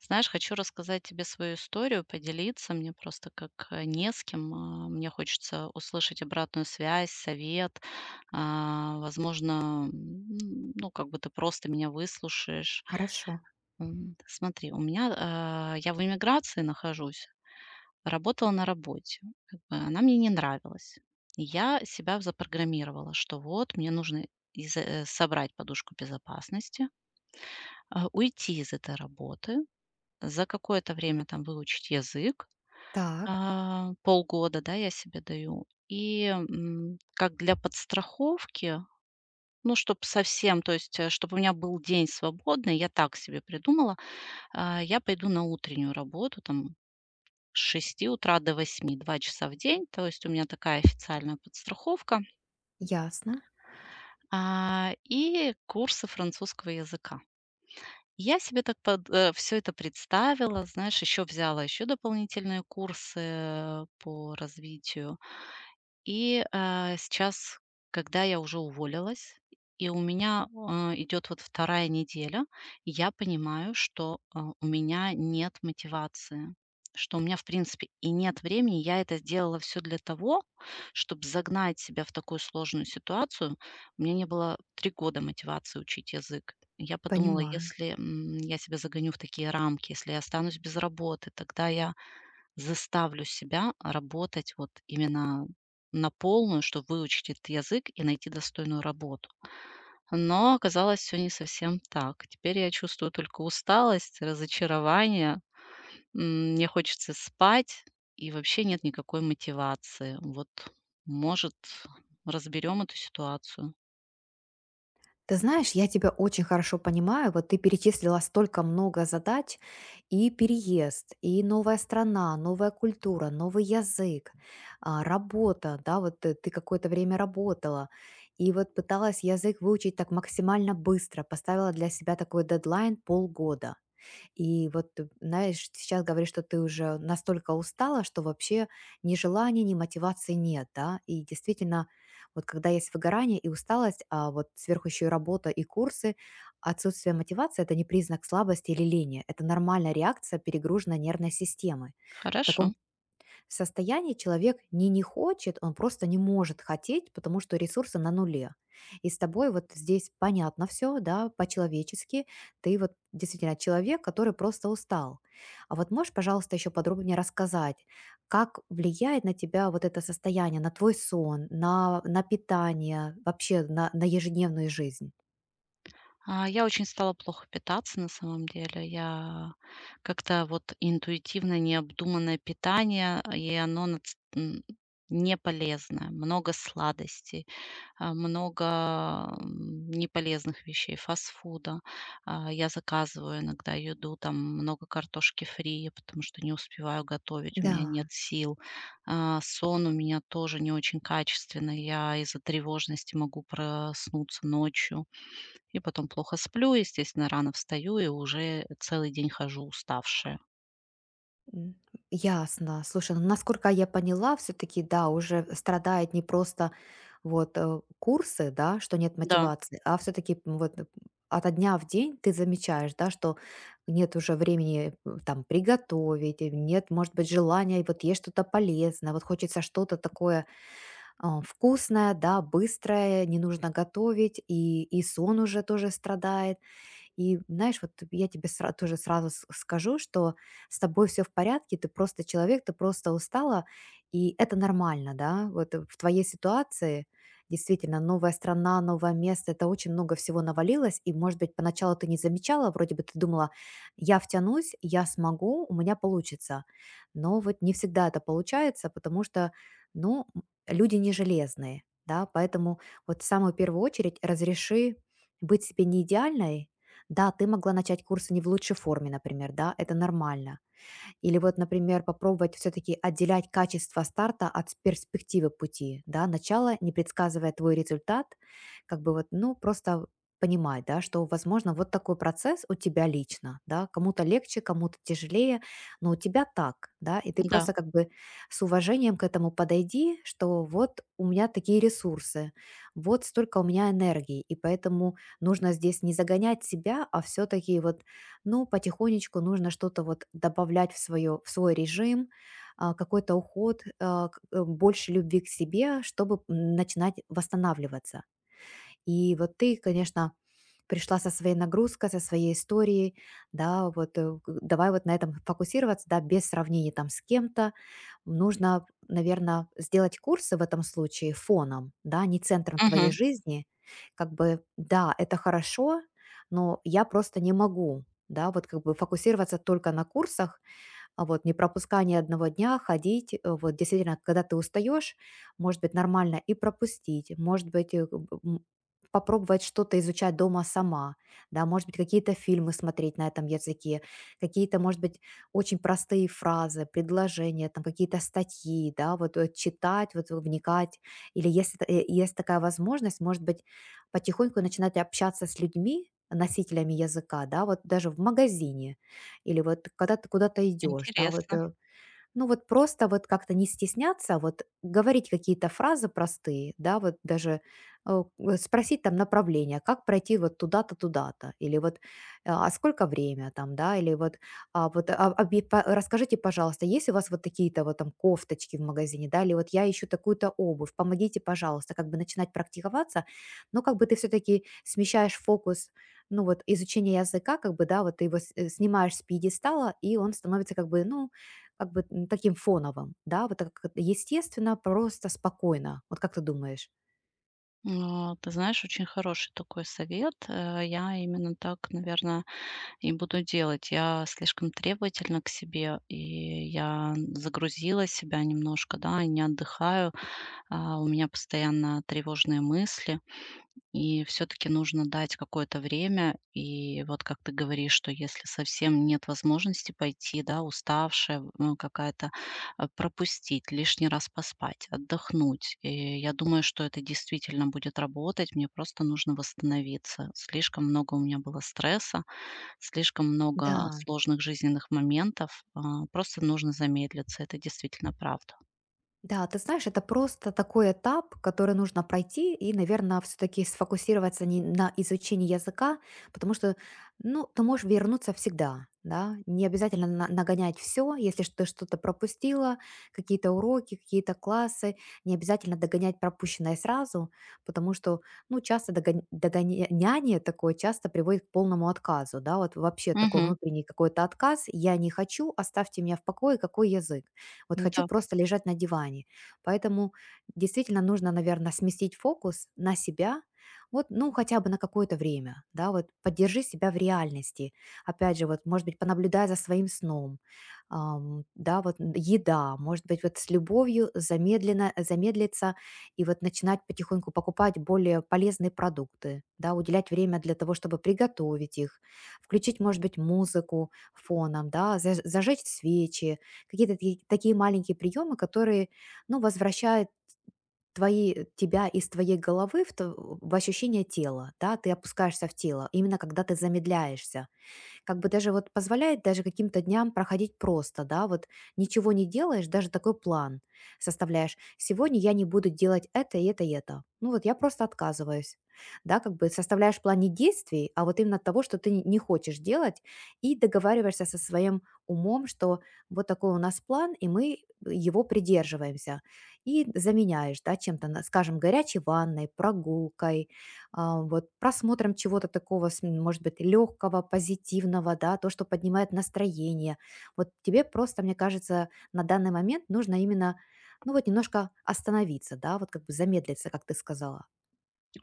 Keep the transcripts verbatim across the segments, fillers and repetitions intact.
Знаешь, хочу рассказать тебе свою историю, поделиться. Мне просто как э, не с кем. а, Мне хочется услышать обратную связь, совет. А, Возможно, м, ну, как бы ты просто меня выслушаешь. Хорошо. М, Смотри, у меня... а, Я в эмиграции нахожусь. Работала на работе. Как бы она мне не нравилась. И я себя запрограммировала, что вот мне нужно из- э, собрать подушку безопасности, а, уйти из этой работы, за какое-то время там выучить язык, Так, а, полгода, да, я себе даю. И, м, как для подстраховки, ну, чтобы совсем, то есть, чтобы у меня был день свободный, я так себе придумала, а, я пойду на утреннюю работу там с шести утра до восьми, два часа в день, то есть у меня такая официальная подстраховка, ясно, а, и курсы французского языка. Я себе так все это представила, знаешь, еще взяла еще дополнительные курсы э, по развитию. И, а, сейчас, когда я уже уволилась, и у меня, а, идет вот вторая неделя, и я понимаю, что, а, у меня нет мотивации, что у меня, в принципе, и нет времени. Я это сделала все для того, чтобы загнать себя в такую сложную ситуацию. У меня не было три года мотивации учить язык. Я подумала, понимаю. если, м, я себя загоню в такие рамки, если я останусь без работы, тогда я заставлю себя работать вот именно на полную, чтобы выучить этот язык и найти достойную работу. Но оказалось все не совсем так. Теперь я чувствую только усталость, разочарование, м, мне хочется спать и вообще нет никакой мотивации. Вот, может, разберем эту ситуацию. Ты знаешь, я тебя очень хорошо понимаю. Вот ты перечислила столько много задач: и переезд, и новая страна, новая культура, новый язык, а, работа, да, вот ты ты какое-то время работала, и вот пыталась язык выучить так максимально быстро, поставила для себя такой дедлайн полгода. И вот, ты знаешь, сейчас говоришь, что ты уже настолько устала, что вообще ни желания, ни мотивации нет, да? И действительно, вот когда есть выгорание и усталость, а вот сверху еще и работа и курсы, отсутствие мотивации — это не признак слабости или лени, это нормальная реакция перегруженной нервной системы. В таком Хорошо. состояние человек не не хочет, он просто не может хотеть, потому что ресурсы на нуле. И с тобой вот здесь понятно все, да, по-человечески. Ты вот действительно человек, который просто устал. А вот можешь, пожалуйста, еще подробнее рассказать, как влияет на тебя вот это состояние, на твой сон, на, на питание, вообще на, на ежедневную жизнь? А, я очень стала плохо питаться на самом деле. Я как-то вот интуитивно необдуманное питание, а, и оно нац м, не полезное. Много сладостей, а, много, м, неполезных вещей, фастфуда. А, я заказываю иногда еду, там много картошки фри, потому что не успеваю готовить, у меня нет Да, сил. А, сон у меня тоже не очень качественный. Я из-за тревожности могу проснуться ночью. И потом плохо сплю, естественно, рано встаю и уже целый день хожу уставшая. М, ясно. Слушай, ну, насколько я поняла, все таки да, уже страдает не просто вот, э, курсы, да, что нет Да, мотивации, а все таки вот, э, ото дня в день ты замечаешь, да, что нет уже времени, м, там приготовить, э, нет, может быть, желания вот есть что-то полезное, вот хочется что-то такое, а, вкусное, да, быстрое, не нужно готовить, и и сон уже тоже страдает. И знаешь, вот я тебе сра- тоже сразу с- скажу, что с тобой все в порядке, ты просто человек, ты просто устала, и это нормально, да, вот э, в твоей ситуации действительно новая страна, новое место, это очень много всего навалилось, и, может быть, поначалу ты не замечала, вроде бы ты думала, я втянусь, я смогу, у меня получится, но вот не всегда это получается, потому что, ну, м, люди не железные, да, поэтому вот в самую первую очередь разреши быть себе не идеальной, да, ты могла начать курсы не в лучшей форме, например, да, это нормально. Или вот, например, попробовать все-таки отделять качество старта от с- перспективы пути, да, начало, не предсказывая твой результат, как бы вот, ну, просто понимать, да, что, возможно, вот такой процесс у тебя лично, да, кому-то легче, кому-то тяжелее, но у тебя так, да, и ты да. просто как бы с уважением к этому подойди, что вот у меня такие ресурсы, вот столько у меня энергии, и поэтому нужно здесь не загонять себя, а все-таки вот но потихонечку нужно что-то вот добавлять в, свое, в свой режим, а, какой-то уход, а, к- э, больше любви к себе, чтобы м, начинать восстанавливаться. И вот ты, конечно, пришла со своей нагрузкой, со своей историей, да, вот э, г- давай вот на этом фокусироваться, да, без сравнения там с кем-то. Нужно, наверное, сделать курсы в этом случае фоном, да, не центром твоей Мгм. жизни. Как бы, да, это хорошо, но я просто не могу, да, вот как бы фокусироваться только на курсах, а вот не пропускать ни одного дня, ходить. Э, вот действительно, когда ты устаешь, может быть, нормально и пропустить, может быть, э, м, м, попробовать что-то изучать дома сама, да, может быть, какие-то фильмы смотреть на этом языке, какие-то, может быть, очень простые фразы, предложения, там какие-то статьи, да, вот э, читать, вот вникать, или если та- э, есть такая возможность, может быть, потихоньку начинать общаться с людьми, носителями языка, да, вот даже в магазине, или вот когда ты куда-то идешь, да, вот, Интересно. э, ну, вот просто вот как-то не стесняться, а вот говорить какие-то фразы простые, да, вот даже э, э, спросить там направление, как пройти вот туда-то, туда-то, или вот э, а сколько время там, да, или вот, а, вот а, обе- по- расскажите, пожалуйста, есть у вас вот такие-то вот там кофточки в магазине, да, или вот я ищу такую-то обувь, помогите, пожалуйста, как бы начинать практиковаться, но как бы ты все-таки смещаешь фокус ну вот изучение языка, как бы, да, вот ты его с- э, снимаешь с пьедестала, и он становится как бы, ну, как бы, м, таким фоновым, да, вот так как это естественно, просто, спокойно. Вот как ты думаешь? Но ты знаешь, очень хороший такой совет. Э, я именно так, наверное, и буду делать. Я слишком требовательна к себе, и я загрузила себя немножко, да, и не отдыхаю. А, у меня постоянно тревожные мысли. И все таки нужно дать какое-то время. И вот как ты говоришь, что если совсем нет возможности пойти, да, уставшая, ну, какая-то, а, пропустить, лишний раз поспать, отдохнуть. И я думаю, что это действительно будет работать. Мне просто нужно восстановиться. Слишком много у меня было стресса, слишком много Да. сложных жизненных моментов. А, просто нужно замедлиться. Это действительно правда. Да, ты знаешь, это просто такой этап, который нужно пройти и, наверное, все-таки сфокусироваться не на изучении языка, потому что, ну, ты можешь вернуться всегда, да, не обязательно на- нагонять все, если ш- ты что-то пропустила, какие-то уроки, какие-то классы, не обязательно догонять пропущенное сразу, потому что, ну, часто догон- догоняние такое часто приводит к полному отказу, да, вот вообще такой Мгм. внутренний какой-то отказ, я не хочу, оставьте меня в покое, какой язык. Вот хочу Да. просто лежать на диване. Поэтому действительно нужно, наверное, сместить фокус на себя, вот, ну, хотя бы на какое-то время, да, вот поддержи себя в реальности. Опять же, вот, может быть, понаблюдай за своим сном, ам, да, вот н- еда, может быть, вот с любовью замедленно, замедлиться и вот начинать потихоньку покупать более полезные продукты, да, уделять время для того, чтобы приготовить их, включить, может быть, музыку фоном, да, за- зажечь свечи, какие-то таки- такие маленькие приемы, которые, ну, возвращают твои, тебя из твоей головы в, то- в ощущение тела, да, ты опускаешься в тело, именно когда ты замедляешься, как бы даже вот позволяет даже каким-то дням проходить просто, да, вот ничего не делаешь, даже такой план составляешь. Сегодня я не буду делать это, и это, и это. Ну вот я просто отказываюсь. Да, как бы составляешь план не действий, а вот именно того, что ты не не хочешь делать, и договариваешься со своим умом, что вот такой у нас план, и мы его придерживаемся. И заменяешь, да, чем-то, на- скажем, горячей ванной, прогулкой, а, вот просмотром чего-то такого, с- может быть, легкого, позитивного, да, то, что поднимает настроение. Вот тебе просто, мне кажется, на данный момент нужно именно, ну вот немножко остановиться, да, вот как бы замедлиться, как ты сказала.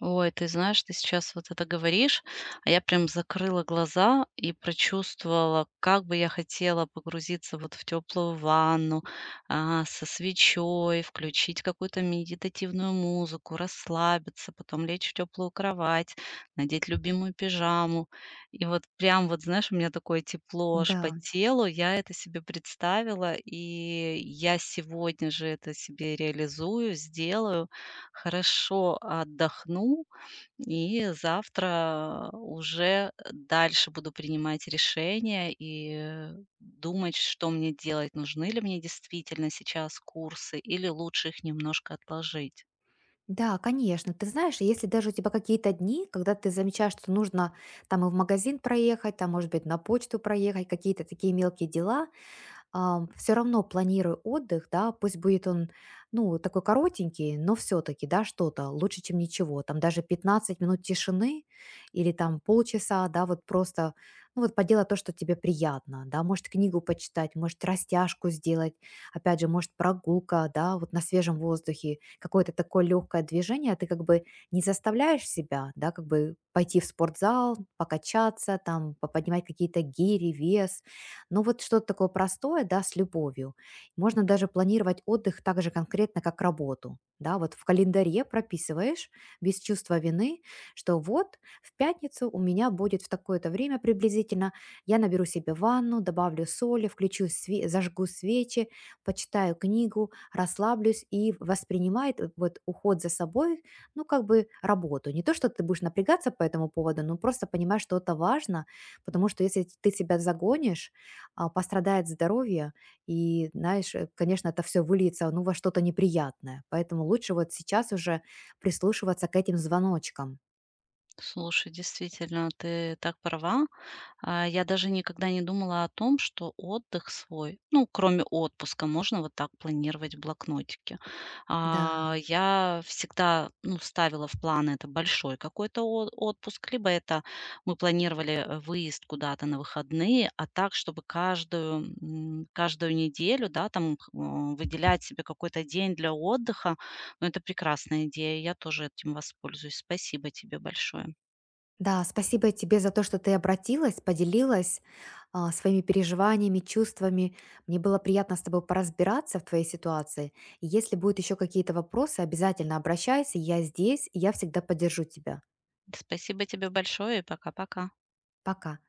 Ой, ты знаешь, ты сейчас вот это говоришь, а я прям закрыла глаза и прочувствовала, как бы я хотела погрузиться вот в теплую ванну, а, со свечой, включить какую-то медитативную музыку, расслабиться, потом лечь в теплую кровать, надеть любимую пижаму. И вот прям вот, знаешь, у меня такое тепло аж по Да, телу, я это себе представила, и я сегодня же это себе реализую, сделаю, хорошо отдохну, и завтра уже дальше буду принимать решения и думать, что мне делать, нужны ли мне действительно сейчас курсы или лучше их немножко отложить. да, конечно. Ты знаешь, если даже у тебя какие-то дни, когда ты замечаешь, что нужно там и в магазин проехать, там, может быть, на почту проехать, какие-то такие мелкие дела, все равно планирую отдых, да, пусть будет он, ну, такой коротенький, но все-таки, да, что-то лучше, чем ничего. Там даже пятнадцать минут тишины или там полчаса, да, вот просто, ну, вот поделать то, что тебе приятно, да, может, книгу почитать, может, растяжку сделать, опять же, может, прогулка, да, вот на свежем воздухе, какое-то такое легкое движение, а ты как бы не заставляешь себя, да, как бы пойти в спортзал, покачаться, там, поподнимать какие-то гири, вес, но вот что-то такое простое, да, с любовью. Можно даже планировать отдых так же конкретно, как работу. Да, вот в календаре прописываешь без чувства вины, что вот в пятницу у меня будет в такое-то время приблизительно, я наберу себе ванну, добавлю соли, включу све- зажгу свечи, почитаю книгу, расслаблюсь и воспринимает э, вот уход за собой, ну, как бы работу. Не то, что ты будешь напрягаться по этому поводу, но просто понимаешь, что это важно, потому что если ты себя загонишь, а, пострадает здоровье, и, знаешь, э, конечно, это все выльется, ну, во что-то неприятное. Поэтому лучше вот сейчас уже прислушиваться к этим звоночкам. Слушай, действительно, ты так права. А, Я даже никогда не думала о том, что отдых свой, ну, кроме отпуска, можно вот так планировать в блокнотике. Да. А, Я всегда, ну, ставила в план это большой какой-то о- отпуск, либо это мы планировали э, выезд куда-то на выходные, а так, чтобы каждую, м, каждую неделю, да, там х- м, выделять себе какой-то день для отдыха, ну, это прекрасная идея, я тоже этим воспользуюсь. Спасибо тебе большое. Да, спасибо тебе за то, что ты обратилась, поделилась а, своими переживаниями, чувствами. Мне было приятно с тобой поразбираться в твоей ситуации. И если будут еще какие-то вопросы, обязательно обращайся. Я здесь, и я всегда поддержу тебя. Спасибо тебе большое и пока-пока. Пока.